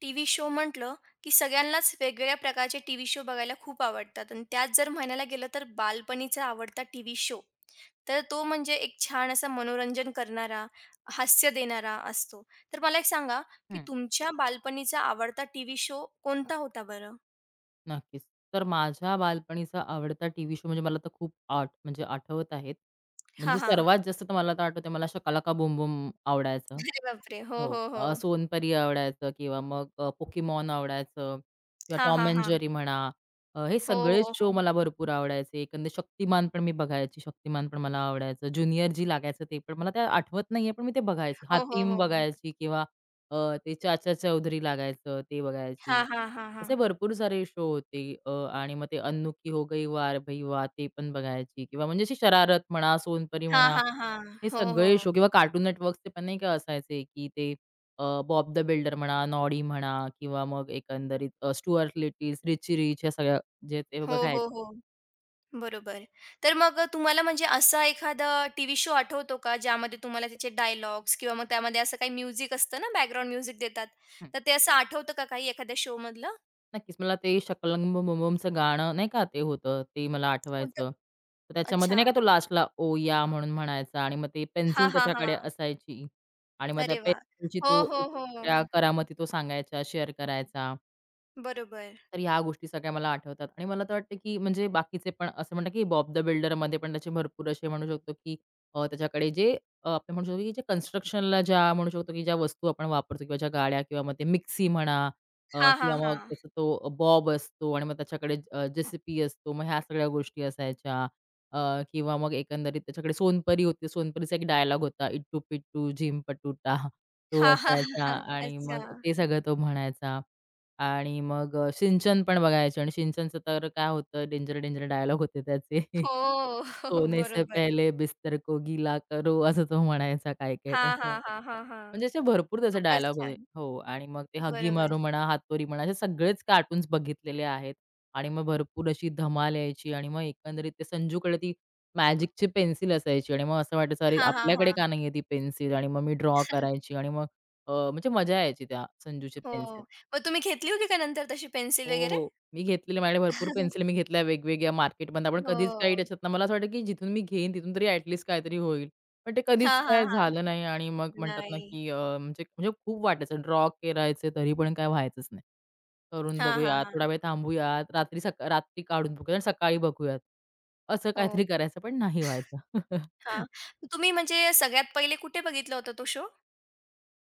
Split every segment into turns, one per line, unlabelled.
T V show म्हटलं, की सगळ्यांनाच वेगवेगळ्या प्रकारचे टी व्ही शो बघायला खूप आवडतात आणि त्यात जर म्हणायला गेलं तर बालपणीचा आवडता टी व्ही शो, तर तो म्हणजे एक छान असा मनोरंजन करणारा, हास्य देणारा असतो. तर मला एक सांगा, की
हं,
तुमच्या बालपणीचा आवडता टी व्ही शो कोणता होता बरं?
नक्कीच. तर माझ्या बालपणीचा आवडता टीव्ही शो म्हणजे मला तर खूप आठ म्हणजे आठवत आहेत.
हां,
म्हणजे
हां.
सर्वात जास्त तर मला तर आठवतंय मला शकालाका का बूम-बूम आवडायचं.
अरे बापरे! हो,
हो.
हो, हो.
सोनपरी आवडायचं किंवा मग पोकीमॉन आवडायचं किंवा
हां, हां,
टॉम अँड
हां.
जेरी म्हणा. हे
हो,
सगळेच
हो,
शो
हो.
मला भरपूर आवडायचे. एकंदर शक्तिमान पण मी बघायची. शक्तिमान पण मला आवडायचं. ज्युनियर जी लागायचं ते पण मला ते आठवत नाहीये, पण मी ते बघायची.
हो, हो,
हातीम
हो, हो.
बघायची किंवा अ, ते चाचा चौधरी लागायचं ते
हां,
बघायची.
हां, हां, हां.
असे भरपूर सारे शो होते. आणि मग ते अन्नू हो गई वार भाई वा ते पण बघायची किंवा म्हणजे अशी शरारत म्हणा, सोनपरी
हां,
म्हणा,
हां, हां.
हे
हो, हो.
सगळे शो किंवा कार्टून नेटवर्क्सचे पण नाही का असायचे, की ते बॉब द बिल्डर म्हणा, नॉडी म्हणा किंवा मग एकंदरीत स्टुअर्ट लिटिल्स, रिची रिच ह्या सगळ्या जे ते
हो, हो,
बघायची.
हो. बरोबर. तर मग तुम्हाला म्हणजे असा एखादा टीव्ही शो आठवतो का, ज्यामध्ये तुम्हाला त्याचे डायलॉग्स किंवा मग त्यामध्ये असं काही म्युझिक असतं ना, बॅकग्राऊंड म्युझिक देतात. तर ते असं आठवतं का काही एखाद्या शोमधलं?
नक्कीच. मला ते शकलंक बम बम बमचं गाणं नाही का ते होतं, ते मला
कोणतं?
आठवायचं. तर त्याच्यामध्ये
अच्छा.
नाही का तो लास्टला "ओ या" म्हणून म्हणायचा आणि मग ते
हां,
पेन्सिल
हां,
त्याच्याकडे
हां.
असायची आणि मग त्या
अरे वाह!
पेन्सिलची
हो,
तो
हो,
एक
हो.
त्या करामती तो सांगायचा, शेअर करायचा.
बरोबर.
तर ह्या गोष्टी सगळ्या मला आठवतात आणि मला तर वाटतं, की म्हणजे बाकीचे पण असं म्हणतात, की बॉब द बिल्डरमध्ये पण त्याचे भरपूर असे म्हणू शकतो, की त्याच्याकडे जे आपण म्हणू शकतो, की जे कन्स्ट्रक्शनला ज्या म्हणू शकतो, की ज्या वस्तू आपण वापरतो किंवा ज्या गाड्या किंवा मग ते मिक्सी म्हणा
हां, हां,
किंवा मग
हां.
त्याचा तो बॉब असतो आणि मग त्याच्याकडे जेसीपी असतो. मग ह्या सगळ्या गोष्टी असायच्या अ, किंवा मग एकंदरीत त्याच्याकडे सोनपरी होती. सोनपरीचा एक डायलॉग होता, "इट्टू पिट्टू झिम पटुटा" तो
हां, हां,
असायचा
हां,
आणि
अच्छा.
मग ते सगळं तो म्हणायचा. आणि मग सिंचन पण बघायचो आणि सिंचनचं तर काय होतं डेंजर, डेंजर डायलॉग होते त्याचे.
हो. हो, हो,
सोने से
बरोबर.
पहले बिस्तर को गीला करो असं तो म्हणायचा काय-काय
हां, हां,
त्याच्यामध्ये.
हां, हां, हां.
म्हणजे असे भरपूर त्याचे
खूपच
डायलॉग होते.
छान.
हो. आणि मग ते हगी
बरोबर.
मारू म्हणा, हातोरी म्हणा असे सगळेच कार्टून्स बघितलेले आहेत. आणि मग भरपूर अशी धमाल यायची आणि मग एकंदरीत ते संजूकडे ती मॅजिकची पेन्सिल असायची आणि मग असं वाटायचं अरे
हां, हां,
आपल्याकडे का
हां.
नाहीये ती पेन्सिल आणि मग मी ड्रॉ करायची आणि मग म्हणजे मजा यायची त्या संजूची
हो.
पेन्सिल.
मग तुम्ही घेतली होती का नंतर तशी पेन्सिल
हो,
वगैरे?
हो. मी घेतलेले माझ्याकडे भरपूर पेन्सिल मी घेतल्या वेगवेगळ्या मार्केटमधनं. पण कधीच काही
हो.
त्याच्यातनं मला असं वाटतं, की जिथून मी घेईन तिथून तरी ॲट लीस्ट काहीतरी होईल. पण ते
हां,
कधीच
हां,
काय
हां.
झालं नाही आणि मग म्हणतात ना,
नाही.
की अ, म्हणजे म्हणजे खूप वाटायचं ड्रॉ करायचे तरी पण काय व्हायचंच नाही. करून
हां, हां,
बघूया, थोडा
हां.
वेळ थांबूयात, रात्री काढून बघूया सकाळी बघूयात. असं
हो.
काहीतरी करायचं पण नाही व्हायचं.
हां. तुम्ही म्हणजे सगळ्यात पहिले कुठे बघितला होता तो शो?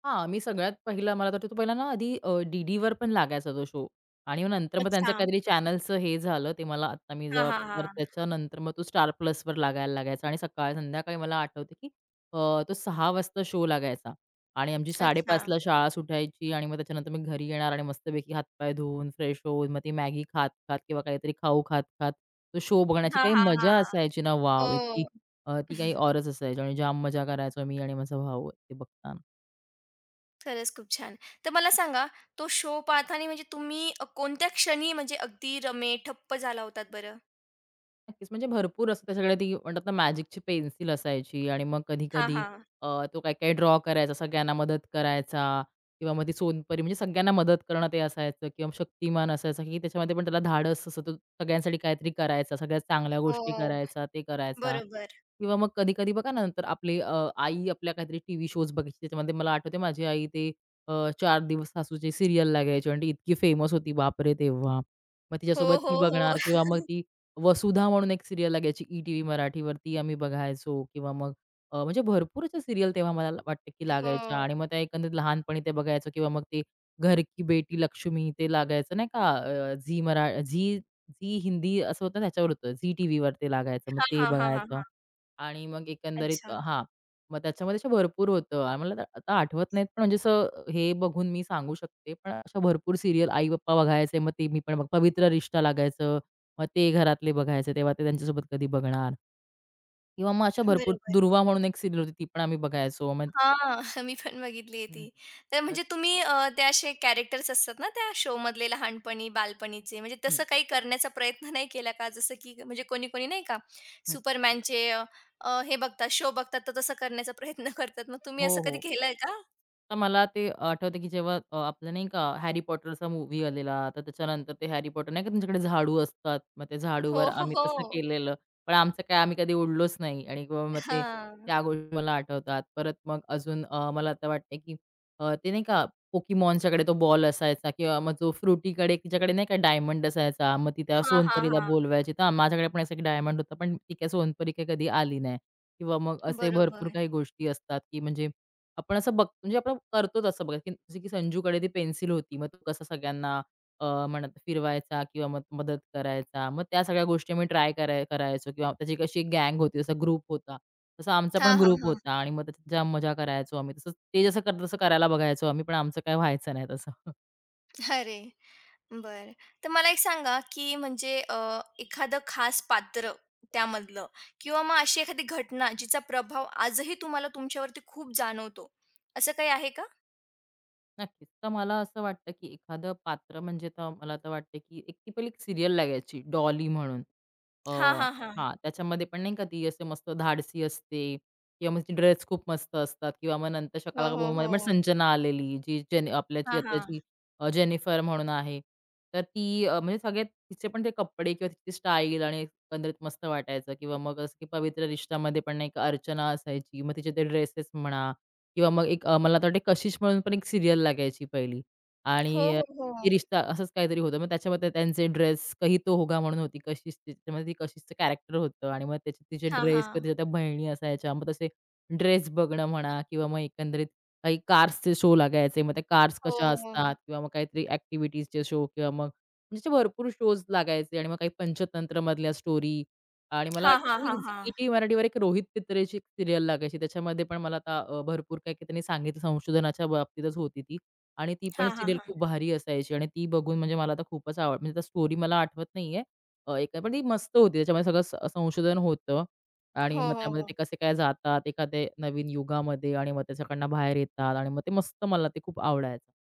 हां, मी सगळ्यात पहिला मला तर वाटतं तो पहिला ना आधी डी-डीवर पण लागायचा तो शो आणि मग नंतर मग त्यांचं
अच्छा.
काहीतरी चॅनलचं हे झालं, ते मला आता मी
हां,
जॉब
हां,
तर
हां.
त्याच्यानंतर मग तो स्टार Plusवर लागायला लागायचा आणि सकाळ संध्याकाळी मला आठवते, की तो 6 वाजता शो लागायचा आणि आमची
अच्छा.
5:30ला शाळा सुटायची आणि मग त्याच्यानंतर मी घरी येणार आणि मस्तपैकी हातपाय धुवून, फ्रेश होऊन, मग ती मॅगी खात-खात किंवा काहीतरी खाऊ खात-खात तो शो बघण्याची
हां,
काही
हां, हां.
मजा असायची ना,
हो.
वॉव! इतकी ती काही औरच असायची आणि जाम मजा करायचो मी आणि माझा भाऊ ते बघताना.
खरंच खूप छान. तर मला सांगा तो शो पाहताना म्हणजे तुम्ही कोणत्या क्षणी म्हणजे अगदी रमे ठप्प झाला होतात बरं?
नक्कीच. म्हणजे भरपूर असं त्याच्याकडे ती म्हणतात ना मॅजिकची पेन्सिल असायची आणि मग
हां,
कधी-कधी
हां.
अ, तो काही-काही ड्रॉ करायचा, सगळ्यांना मदत करायचा किंवा मग ती सोनपरी म्हणजे सगळ्यांना मदत करणं ते असायचं किंवा शक्तिमान असायचा, की त्याच्यामध्ये पण त्याला धाडस असं तो सगळ्यांसाठी काहीतरी करायचा, सगळ्यात चांगल्या गोष्टी
हो.
करायचा, ते करायचा
बरोबर.
किंवा मग कधी-कधी बघा ना नंतर आपली आई आपल्या काहीतरी टीव्ही शोज बघायची. त्याच्यामध्ये मला आठवते माझी आई ते 4 दिवस सासूची सीरियल लागायची आणि ती इतकी फेमस होती बापरे! तेव्हा. मग
हो,
तिच्यासोबत
हो,
ती
हो.
बघणार किंवा मग ती वसुधा म्हणून एक सिरियल लागायची ई-टीव्ही मराठीवरती आम्ही बघायचो किंवा मग म्हणजे भरपूर अशा सीरियल तेव्हा वाटतं की लागायच्या
हो.
आणि मग त्या एकंदरीत लहानपणी ते बघायचो किंवा मग ते घर की बेटी लक्ष्मी ते लागायचं नाही का अ, झी मरा झी झी हिंदी असं होतं त्याच्यावर होतं. झी टीव्हीवर ते लागायचं. मग
हां,
ते
हां, हां, हां,
बघायचं.
हां.
आणि मग एकंदरीत
अच्छा.
हां. मग त्याच्यामध्ये असं भरपूर होतं आणि मला आता आता आठवत नाहीत, पण म्हणजे असं हे बघून मी सांगू शकते. पण अशा भरपूर सीरियल आई-पप्पा बघायचे, मग ते मी पण पवित्र रिश्ता लागायचं, मग ते घरातले बघायचे, तेव्हा ते त्यांच्यासोबत कधी बघणार किंवा मग अशा भरपूर
बरोबर.
दुर्वा म्हणून एक सीरियल होती, ती पण आम्ही बघायचो. मग
हां, मी पण बघितली आहे
हं,
ती. तर
हं.
म्हणजे तुम्ही ते असे कॅरेक्टर्स असतात ना त्या शोमधले लहानपणी, बालपणीचे, म्हणजे
हं,
तसं काही करण्याचा प्रयत्न नाही केला का? जसं की म्हणजे कोणी-कोणी नाही का
हं.
सुपरमॅनचे हे बघतात, शो बघतात, तर तसं करण्याचा प्रयत्न करतात. मग तुम्ही
हो,
असं कधी
हो.
केलंय का?
तर मला ते आठवतं, की जेव्हा आपलं नाही का हॅरी पॉटरचा मूव्ही आलेला, तर त्याच्यानंतर ते हॅरी पॉटर नाही का त्यांच्याकडे झाडू असतात. मग ते झाडूवर
हो, हो,
आम्ही तसं
हो.
केलेलं. पण आमचं काय आम्ही कधी उडलोच नाही आणि किंवा मग ते
हां.
त्या गोष्टी मला आठवतात. परत मग अजून मला आता वाटतंय, की ते नाही का पोकीमॉनच्याकडे तो बॉल असायचा किंवा मग जो फ्रुटीकडे तिच्याकडे नाही का डायमंड असायचा. मग ती त्या
हां, हां,
सोनपरीला
हां.
बोलवायची. तर माझ्याकडे पण असा डायमंड होता. पण ती काय सोनपरी काही कधी आली नाही किंवा मग असे भरपूर
बरोबर.
काही गोष्टी असतात, की म्हणजे आपण असं बघ म्हणजे आपण करतो तसं बघा, की जसं की संजूकडे ती पेन्सिल होती. मग तो कसं सगळ्यांना म्हणत फिरवायचा किंवा मग मदत करायचा. मग त्या सगळ्या गोष्टी आम्ही ट्राय करायचो किंवा त्याची कशी एक गँग होती, जसा ग्रुप होता. तसा आमचा
हां,
पण
हां,
ग्रुप
हां.
होता आणि मग त्याच्यात मजा करायचो आम्ही. तसंच ते जसं करतात तसं करायला बघायचो आम्ही, पण आमचं काही व्हायचं नाही तसं.
अरे! बरं. तर मला एक सांगा, की म्हणजे एखादं खास पात्र त्यामधलं किंवा मग अशी एखादी घटना जिचा प्रभाव आजही तुम्हाला तुमच्यावरती खूप जाणवतो, असं काही आहे का?
नक्कीच. तर मला असं वाटतं, की एखादं पात्र म्हणजे आता मला तर वाटतं, की एक ती पहिली एक सीरियल लागायची डॉली म्हणून. अ,
हां, हां, हां.
हां, त्याच्यामध्ये पण नाही का ती असे मस्त धाडसी असते किंवा मग ड्रेस खूप मस्त असतात किंवा मग नंतर
हो,
शकालाका
हो,
बूममध्ये पण
हो.
संजना आलेली, जी जेन आपल्याची
हां, हां.
आताची जेनिफर म्हणून आहे. तर ती म्हणजे सगळ्यात तिचे पण ते कपडे किंवा तिची स्टाईल आणि एकंदरीत मस्त वाटायचं किंवा मग असं, की पवित्र रिश्तामध्ये पण नाही का अर्चना असायची. मग तिचे ते ड्रेसेस म्हणा किंवा मग एक मला तर वाटते कशिश म्हणून पण एक सीरियल लागायची पहिली
हो,
आणि
हो,
ये
हो.
रिश्ता असंच काहीतरी होतं. मग त्याच्यामध्ये त्यांचे ड्रेस कही तो होगा म्हणून होती कशिश. त्याच्यामध्ये ती कशिशचं कॅरेक्टर होतं आणि मग त्याचे तिचे
हां,
ड्रेस
हां.
किंवा तिच्या त्या बहिणी असायच्या. मग तसे ड्रेस बघणं म्हणा किंवा मग एकंदरीत काही कार्सचे शो लागायचे. मग त्या कार्स
हो,
कशा
हो.
असतात किंवा मग काहीतरी ॲक्टिव्हिटीजचे शो किंवा मग म्हणजे असे भरपूर शोज लागायचे आणि मग काही पंचतंत्रमधल्या स्टोरी आणि मला
हां, हां,
आठवतं की
हां, हां.
झी टी मराठीवर एक रोहित पित्रेची एक सीरियल लागायची. त्याच्यामध्ये पण मला आता भरपूर काही काही त्यांनी सांगितलं संशोधनाच्या बाबतीतच होती ती आणि ती पण
हां, हां,
सीरियल
हां.
खूप भारी असायची आणि ती बघून म्हणजे मला आता खूपच आवड म्हणजे त्या स्टोरी मला आठवत नाहीये. एक पण ती मस्त होती. त्याच्यामध्ये सगळं संशोधन होतं आणि
हो,
मग
हो,
त्यामध्ये
हो.
ते कसे काय जातात एखाद्या नवीन युगामध्ये आणि मग त्याच्याकडनं बाहेर येतात आणि मग ते मस्त मला ते खूप आवडायचं.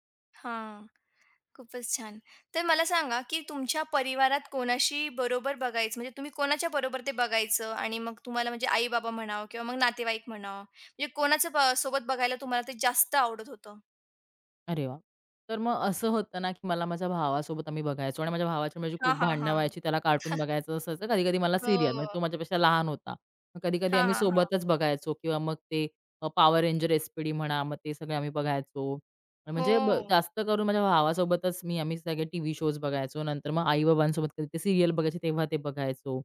हां. खूपच छान. तर मला सांगा, की तुमच्या परिवारात कोणाशी बरोबर बघायचं म्हणजे तुम्ही कोणाच्या बरोबर ते बघायचं आणि मग तुम्हाला म्हणजे आई-बाबा म्हणावं किंवा मग नातेवाईक म्हणावं, म्हणजे कोणाचं ब सोबत बघायला तुम्हाला ते जास्त आवडत होतं?
अरे वाह! तर मग असं होतं ना, की मला माझ्या भावासोबत आम्ही बघायचो आणि माझ्या भावाची माझी
हां,
खूप
हां,
भांडणं
हां.
व्हायची. त्याला कार्टून बघायचं असायचं. कधी-कधी मला सीरियल म्हणजे
हो.
तो माझ्यापेक्षा लहान होता. मग कधी-कधी
हां,
आम्ही
हां, हां.
सोबतच बघायचो किंवा मग ते पॉवर रेंजर एस-पी-डी म्हणा, मग ते सगळे आम्ही बघायचो. आणि
हो.
म्हणजे जास्त करून माझ्या भावासोबतच आम्ही सगळे टीव्ही शोज बघायचो. नंतर मग आई-बाबांसोबत कधी ते सीरियल बघायचे तेव्हा ते बघायचो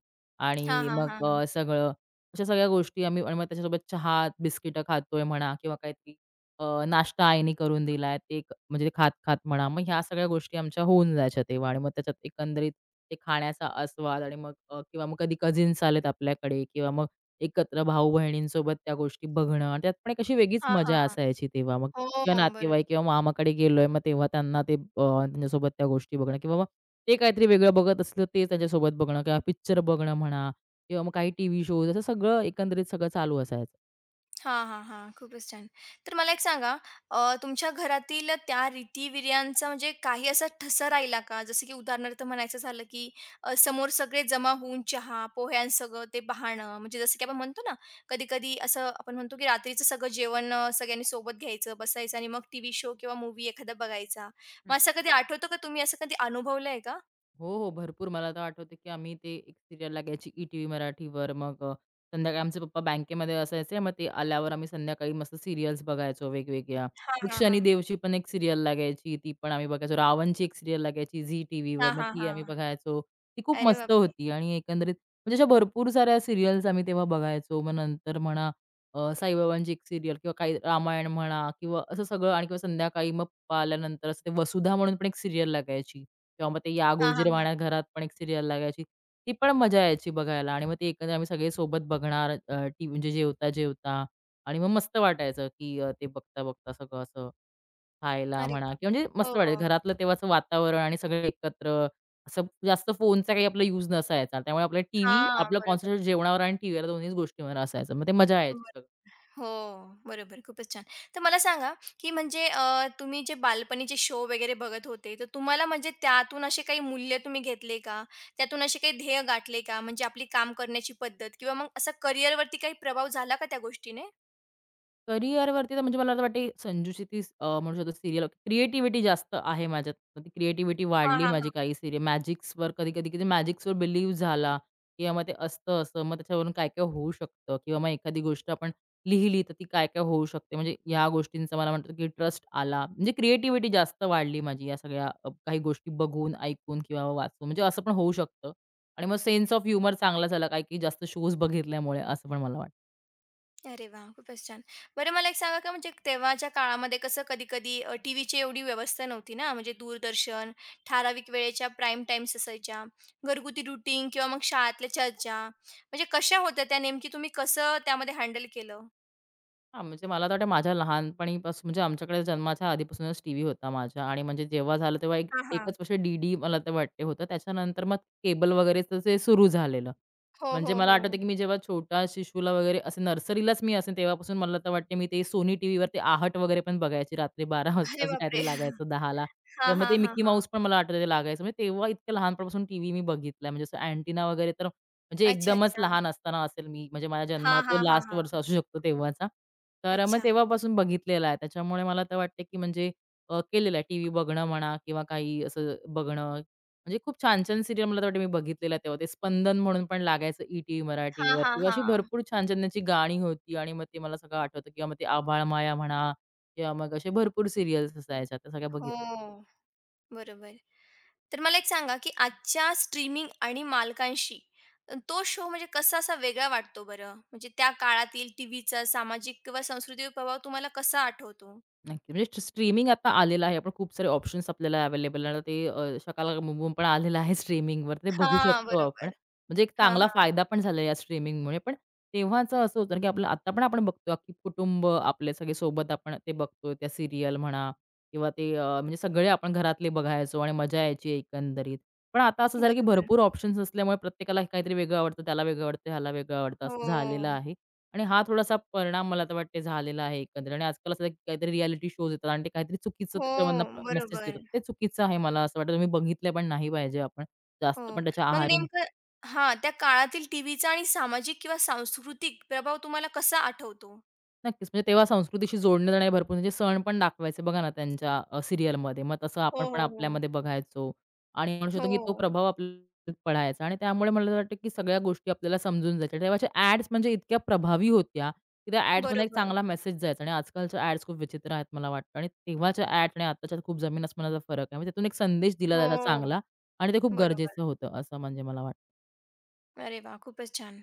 हां,
आणि
हां,
मग
हां.
सगळं अशा सगळ्या गोष्टी आम्ही आणि मग त्याच्यासोबत चहा, बिस्किटं खातोय म्हणा किंवा काही नाश्ता आईने करून दिलाय, ते एक म्हणजे खात-खात म्हणा, मग ह्या सगळ्या गोष्टी आमच्या होऊन जायच्या तेव्हा आणि मग त्याच्यात एकंदरीत ते खाण्याचा आस्वाद आणि मग किंवा मग कधी कझिन्स आलेत आपल्याकडे किंवा मग एकत्र भाऊ-बहिणींसोबत त्या गोष्टी बघणं आणि त्यात पण एक अशी वेगळीच
हां, हां,
मजा
हां.
असायची तेव्हा मग
हो,
किंवा नातेवाईक किंवा मामाकडे गेलोय, मग तेव्हा त्यांना ते त्यांच्यासोबत त्या गोष्टी बघणं किंवा मग ते काहीतरी वेगळं बघत असलं ते त्यांच्यासोबत बघणं किंवा पिक्चर बघणं म्हणा किंवा मग काही टीव्ही शोज असं सगळं एकंदरीत सगळं चालू असायचं.
हां, हां, हां. खूपच छान. तर मला एक सांगा तुमच्या घरातील त्या रीतिवीर्यांचा म्हणजे काही असा ठसा राहिला का? जसं की उदाहरणार्थ म्हणायचं झालं की समोर सगळे जमा होऊन चहा, पोह्यांसगं ते पाहणं म्हणजे जसं की आपण म्हणतो ना, कधी-कधी असं आपण म्हणतो की रात्रीचं सगळं जेवण सगळ्यांनी सोबत घ्यायचं, बसायचं आणि मग टीव्ही शो किंवा मूव्ही एखादा बघायचा. मग
हं.
असं कधी आठवतं का? तुम्ही असं कधी अनुभवलंय का?
हो, हो. भरपूर मला तर आठवतं, की आम्ही ते एक सीरियल लागायची ई-टीव्ही मराठीवर. मग संध्याकाळी आमचे पप्पा बँकेमध्ये असायचे. मग ते आल्यावर आम्ही संध्याकाळी मस्त सीरियल्स बघायचो वेगवेगळ्या.
हां,
मग
हां, हां.
शनिदेवची पण एक सीरियल लागायची, ती पण आम्ही बघायचो. रावणची एक सीरियल लागायची झी टीव्हीवर,
हां,
मग
हां,
ती आम्ही
हां.
बघायचो. ती खूप
अरे
मस्त
बापरे!
होती आणि एकंदरीत म्हणजे अशा भरपूर साऱ्या सीरियल्स आम्ही तेव्हा बघायचो. मग नंतर म्हणा साईबाबांची एक सीरियल किंवा काही रामायण म्हणा किंवा असं सगळं आणि किंवा संध्याकाळी मग पप्पा आल्यानंतर असं ते वसुधा म्हणून पण एक सीरियल लागायची. किंवा मग ते या
हां, हां, हां.
गोजीरवाण्या घरात पण एक सीरियल लागायची. ती पण मजा यायची बघायला आणि मग ते एकंदर आम्ही सगळे सोबत बघणार अ, टी म्हणजे जेवता-जेवता आणि मग मस्त वाटायचं, की ते बघता-बघता सगळं असं खायला
अरे
म्हणा
वाह!
किंवा म्हणजे
हो,
मस्त वाटायचं.
हो.
घरातलं तेव्हाचं वातावरण आणि सगळे एकत्र असं जास्त फोनचा काही आपला यूज नसायचा. त्यामुळे आपला टीव्ही
हां,
आपलं
बरोबर.
कॉन्सन्ट्रेट जेवणावर आणि टीव्हीवर दोन्हीच गोष्टींवर असायचं. मग ते मजा यायची सगळं.
हो, बरोबर. खूपच छान. तर मला सांगा, की म्हणजे तुम्ही जे बालपणीचे शो वगैरे बघत होते, तर तुम्हाला म्हणजे त्यातून असे काही मूल्य तुम्ही घेतले का? त्यातून असे काही ध्येय गाठले का? म्हणजे आपली काम करण्याची पद्धत किंवा मग असा करिअरवरती काही प्रभाव झाला का त्या गोष्टीने?
करिअरवरती तर म्हणजे मला तर वाटते संजूची ती म्हणू शकतो सीरियल क्रिएटिव्हिटी जास्त आहे माझ्यात. तर ती क्रिएटिव्हिटी
हां,
वाढली
हां,
माझी
हां.
काही सीरियल मॅजिक्सवर कधी-कधी किती मॅजिक्सवर बिलीव्ह झाला किंवा मग ते असतं असं, मग त्याच्यावरून काय-काय होऊ शकतं, किंवा मग एखादी गोष्ट आपण लिहिली तर ती काय-काय होऊ शकते. म्हणजे ह्या गोष्टींचा मला म्हणतो की ट्रस्ट आला. म्हणजे क्रिएटिव्हिटी जास्त वाढली माझी या सगळ्या काही गोष्टी बघून, ऐकून किंवा वाचून, म्हणजे असं पण होऊ शकतं. आणि मग सेन्स ऑफ ह्युमर चांगला झाला, काही-काही जास्त शोज बघितल्यामुळे असं पण मला वाटतं.
अरे वाह! खूपच छान. बरं मला एक सांगा का म्हणजे तेव्हाच्या काळामध्ये कसं कधी-कधी टीव्हीची एवढी व्यवस्था नव्हती ना, म्हणजे दूरदर्शन, ठराविक वेळेच्या प्राईम टाईम्स असायच्या, घरगुती रुटीन किंवा मग शाळेतल्या चर्चा म्हणजे कशा होत्या त्या नेमकी तुम्ही कसं त्यामध्ये हँडल केलं?
हां, म्हणजे मला तर वाटतं माझ्या लहानपणीपासून, म्हणजे आमच्याकडे जन्माच्या आधीपासूनच टीव्ही होता माझ्या. आणि म्हणजे जेव्हा झालं तेव्हा एक
हां, हां.
एकच वर्ष डी-डी मला तर वाटते होतं. त्याच्यानंतर मग केबल वगैरेचं जे सुरू झालेलं.
हो,
म्हणजे
हो,
मला
हो.
आठवतं की मी जेव्हा छोटा शिशूला वगैरे असे नर्सरीलाच मी असेन, तेव्हापासून मला तर वाटते मी ते सोनी टीव्हीवर ते आहट वगैरे पण बघायची रात्री 12
अरे
वाजता असं
बापरे!
काहीतरी लागायचं 10ला.
हां,
तेव्हा मग
हां,
ते
हां,
मिकी
हां.
माऊस पण मला आठवतं ते लागायचं. म्हणजे तेव्हा इतक्या लहानपणापासून टीव्ही मी बघितलाय. म्हणजे असं अँटिना वगैरे तर म्हणजे
अच्छा,
एकदमच
अच्छा.
लहान असताना असेल मी, म्हणजे माझ्या
हां,
जन्मात
हां, हां,
लास्ट
हां.
वर्ष असू शकतो तेव्हाचा. तर मग
अच्छा.
तेव्हापासून बघितलेला आहे. त्याच्यामुळे मला तर वाटते, की म्हणजे केलेलं आहे. टीव्ही बघणं म्हणा किंवा काही असं बघणं. म्हणजे खूप छान-छान सीरियल मला तर वाटतं मी बघितलेल्या तेव्हा. ते स्पंदन म्हणून पण लागायचं ई-टीव्ही
हां,
मराठीवर,
हां,
किंवा अशी
हां.
भरपूर छान-छान त्याची गाणी होती आणि मग ते मला सगळं आठवतं. किंवा मग ते आभाळमाया म्हणा किंवा मग असे भरपूर सीरियल्स असायच्या. त्या सगळ्या बघितल्या.
हो. बरोबर. तर मला एक सांगा, की आजच्या स्ट्रीमिंग आणि मालकांशी तो शो म्हणजे कसा असा वेगळा वाटतो बरं? म्हणजे त्या काळातील टीव्हीचा सामाजिक किंवा सांस्कृतिक प्रभाव तुम्हाला कसा आठवतो?
नक्की. म्हणजे स्ट्रीमिंग आता आलेलं आहे. आपण खूप सारे ऑप्शन्स आपल्याला अवेलेबल आहे. आता ते शकालाबूम पण आलेलं आहे स्ट्रीमिंगवर. ते बघू
हां,
शकतो आपण.
बरोबर.
म्हणजे एक
हां,
चांगला
हां.
फायदा पण झाला या स्ट्रीमिंगमुळे. पण तेव्हाचं असं होतं ना, की आपलं आता पण आपण बघतो, की कुटुंब आपले सगळे सोबत आपण ते बघतो. त्या सीरियल म्हणा किंवा ते म्हणजे सगळे आपण घरातले बघायचो आणि मजा यायची एकंदरीत. पण आता असं झालं, की
बरोबर.
भरपूर ऑप्शन्स असल्यामुळे प्रत्येकाला काहीतरी वेगळं आवडतं, त्याला वेगळं आवडतं, ह्याला वेगळं आवडतं,
हो.
असं झालेलं आहे. आणि हा थोडासा परिणाम मला तर वाटते झालेला आहे एकंदरीत. आणि आजकाल असं काहीतरी रिएलिटी शोज येतात आणि ते काहीतरी चुकीचं
हो,
त्याच्यावरनं मेसेज देतात.
बरोबर.
ते चुकीचं आहे मला असं वाटतं. तुम्ही बघितलं पण नाही पाहिजे आपण.
हो.
जास्त पण त्याच्या
मग
आहारी.
नेमकं हां, त्या काळातील टीव्हीचा आणि सामाजिक किंवा सांस्कृतिक प्रभाव तुम्हाला कसा आठवतो?
नक्कीच. म्हणजे तेव्हा संस्कृतीशी जोडले जाणारे भरपूर म्हणजे सण पण दाखवायचे बघा ना त्यांच्या सीरियलमध्ये. मग तसं
हो,
आपण पण
हो, हो.
आपल्यामध्ये बघायचो आणि म्हणू शकतो की तो
हो.
प्रभाव आपल्यावर पडायचा. आणि त्यामुळे मला वाटतं की सगळ्या गोष्टी आपल्याला समजून जायच्या. तेव्हाच्या ॲड्स म्हणजे इतक्या प्रभावी होत्या की त्या ॲड्समध्ये एक
बरोबर.
चांगला मेसेज जायचा. आणि आजकालच्या ॲड्स खूप विचित्र आहेत मला वाटतं. आणि तेव्हाच्या ॲड आणि आत्ताच्यात खूप जमीन अस्मानाचा फरक आहे. म्हणजे त्यातून एक संदेश दिला जायचा
हो,
चांगला, आणि ते खूप
बरोबर.
गरजेचं होतं असं म्हणजे मला वाटतं.
अरे वाह! खूपच छान.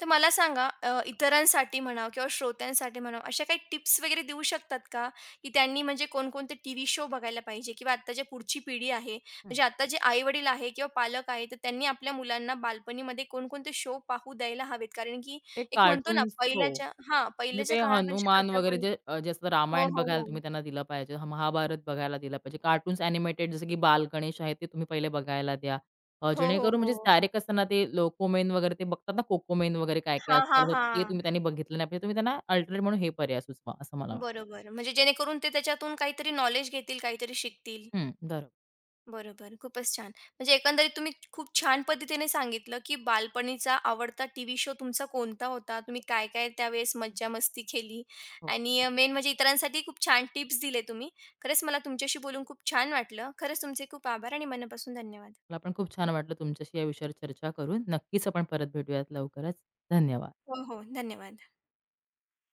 तर मला सांगा इतरांसाठी म्हणावं किंवा श्रोत्यांसाठी म्हणावं अशा काही टिप्स वगैरे देऊ शकतात का? की त्यांनी म्हणजे कोणकोणते टीव्ही शो बघायला पाहिजे किंवा आता जे पुढची पिढी आहे, म्हणजे
हं.
आता जे आई-वडील आहे किंवा पालक आहे, तर त्यांनी आपल्या मुलांना बालपणीमध्ये कोणकोणते शो पाहू द्यायला हवेत. कारण की
ते
एक म्हणतो ना
कार्टून्स हो.
पहिल्याच्या हां,
म्हणजे
पहिल्याच्या
ते
काळापेक्षा
हनुमान
आता
वगैरे
पण
जे जे असतं
हो,
रामायण
हो,
बघायला
हो.
तुम्ही त्यांना दिलं पाहिजे. महाभारत बघायला दिलं पाहिजे. कार्टून्स ॲनिमेटेड जसं की बाल गणेश आहे ते तुम्ही पहिले बघायला द्या.
हो, हो,
जेणेकरून म्हणजे
हो.
डायरेक्ट असताना ते लोकोमेन वगैरे ते बघतात ना, कोकोमेन वगैरे काय काय
हां, हां,
आजकाल, ते
हां.
तुम्ही त्यांनी बघितलं नाही पाहिजे. तुम्ही त्यांना अल्टरनेट म्हणून हे पर्याय सुचवा असं मला वाटतं.
बरोबर. म्हणजे जेणेकरून ते त्याच्यातून काहीतरी नॉलेज घेतील, काहीतरी शिकतील.
हं, बरोबर.
बरोबर. खूपच छान. म्हणजे एकंदरीत तुम्ही खूप छान पद्धतीने सांगितलं, की बालपणीचा आवडता टीव्ही शो तुमचा कोणता होता? तुम्ही काय-काय त्यावेळेस मज्जा-मस्ती केली
हो.
आणि मेन म्हणजे इतरांसाठी खूप छान टिप्स दिले तुम्ही. खरंच मला तुमच्याशी बोलून खूप छान वाटलं. खरंच तुमचे खूप आभार आणि मनापासून धन्यवाद.
मला पण खूप छान वाटलं तुमच्याशी या विषयावर चर्चा करून. नक्कीच आपण परत भेटूयात लवकरच. धन्यवाद.
हो, हो. धन्यवाद.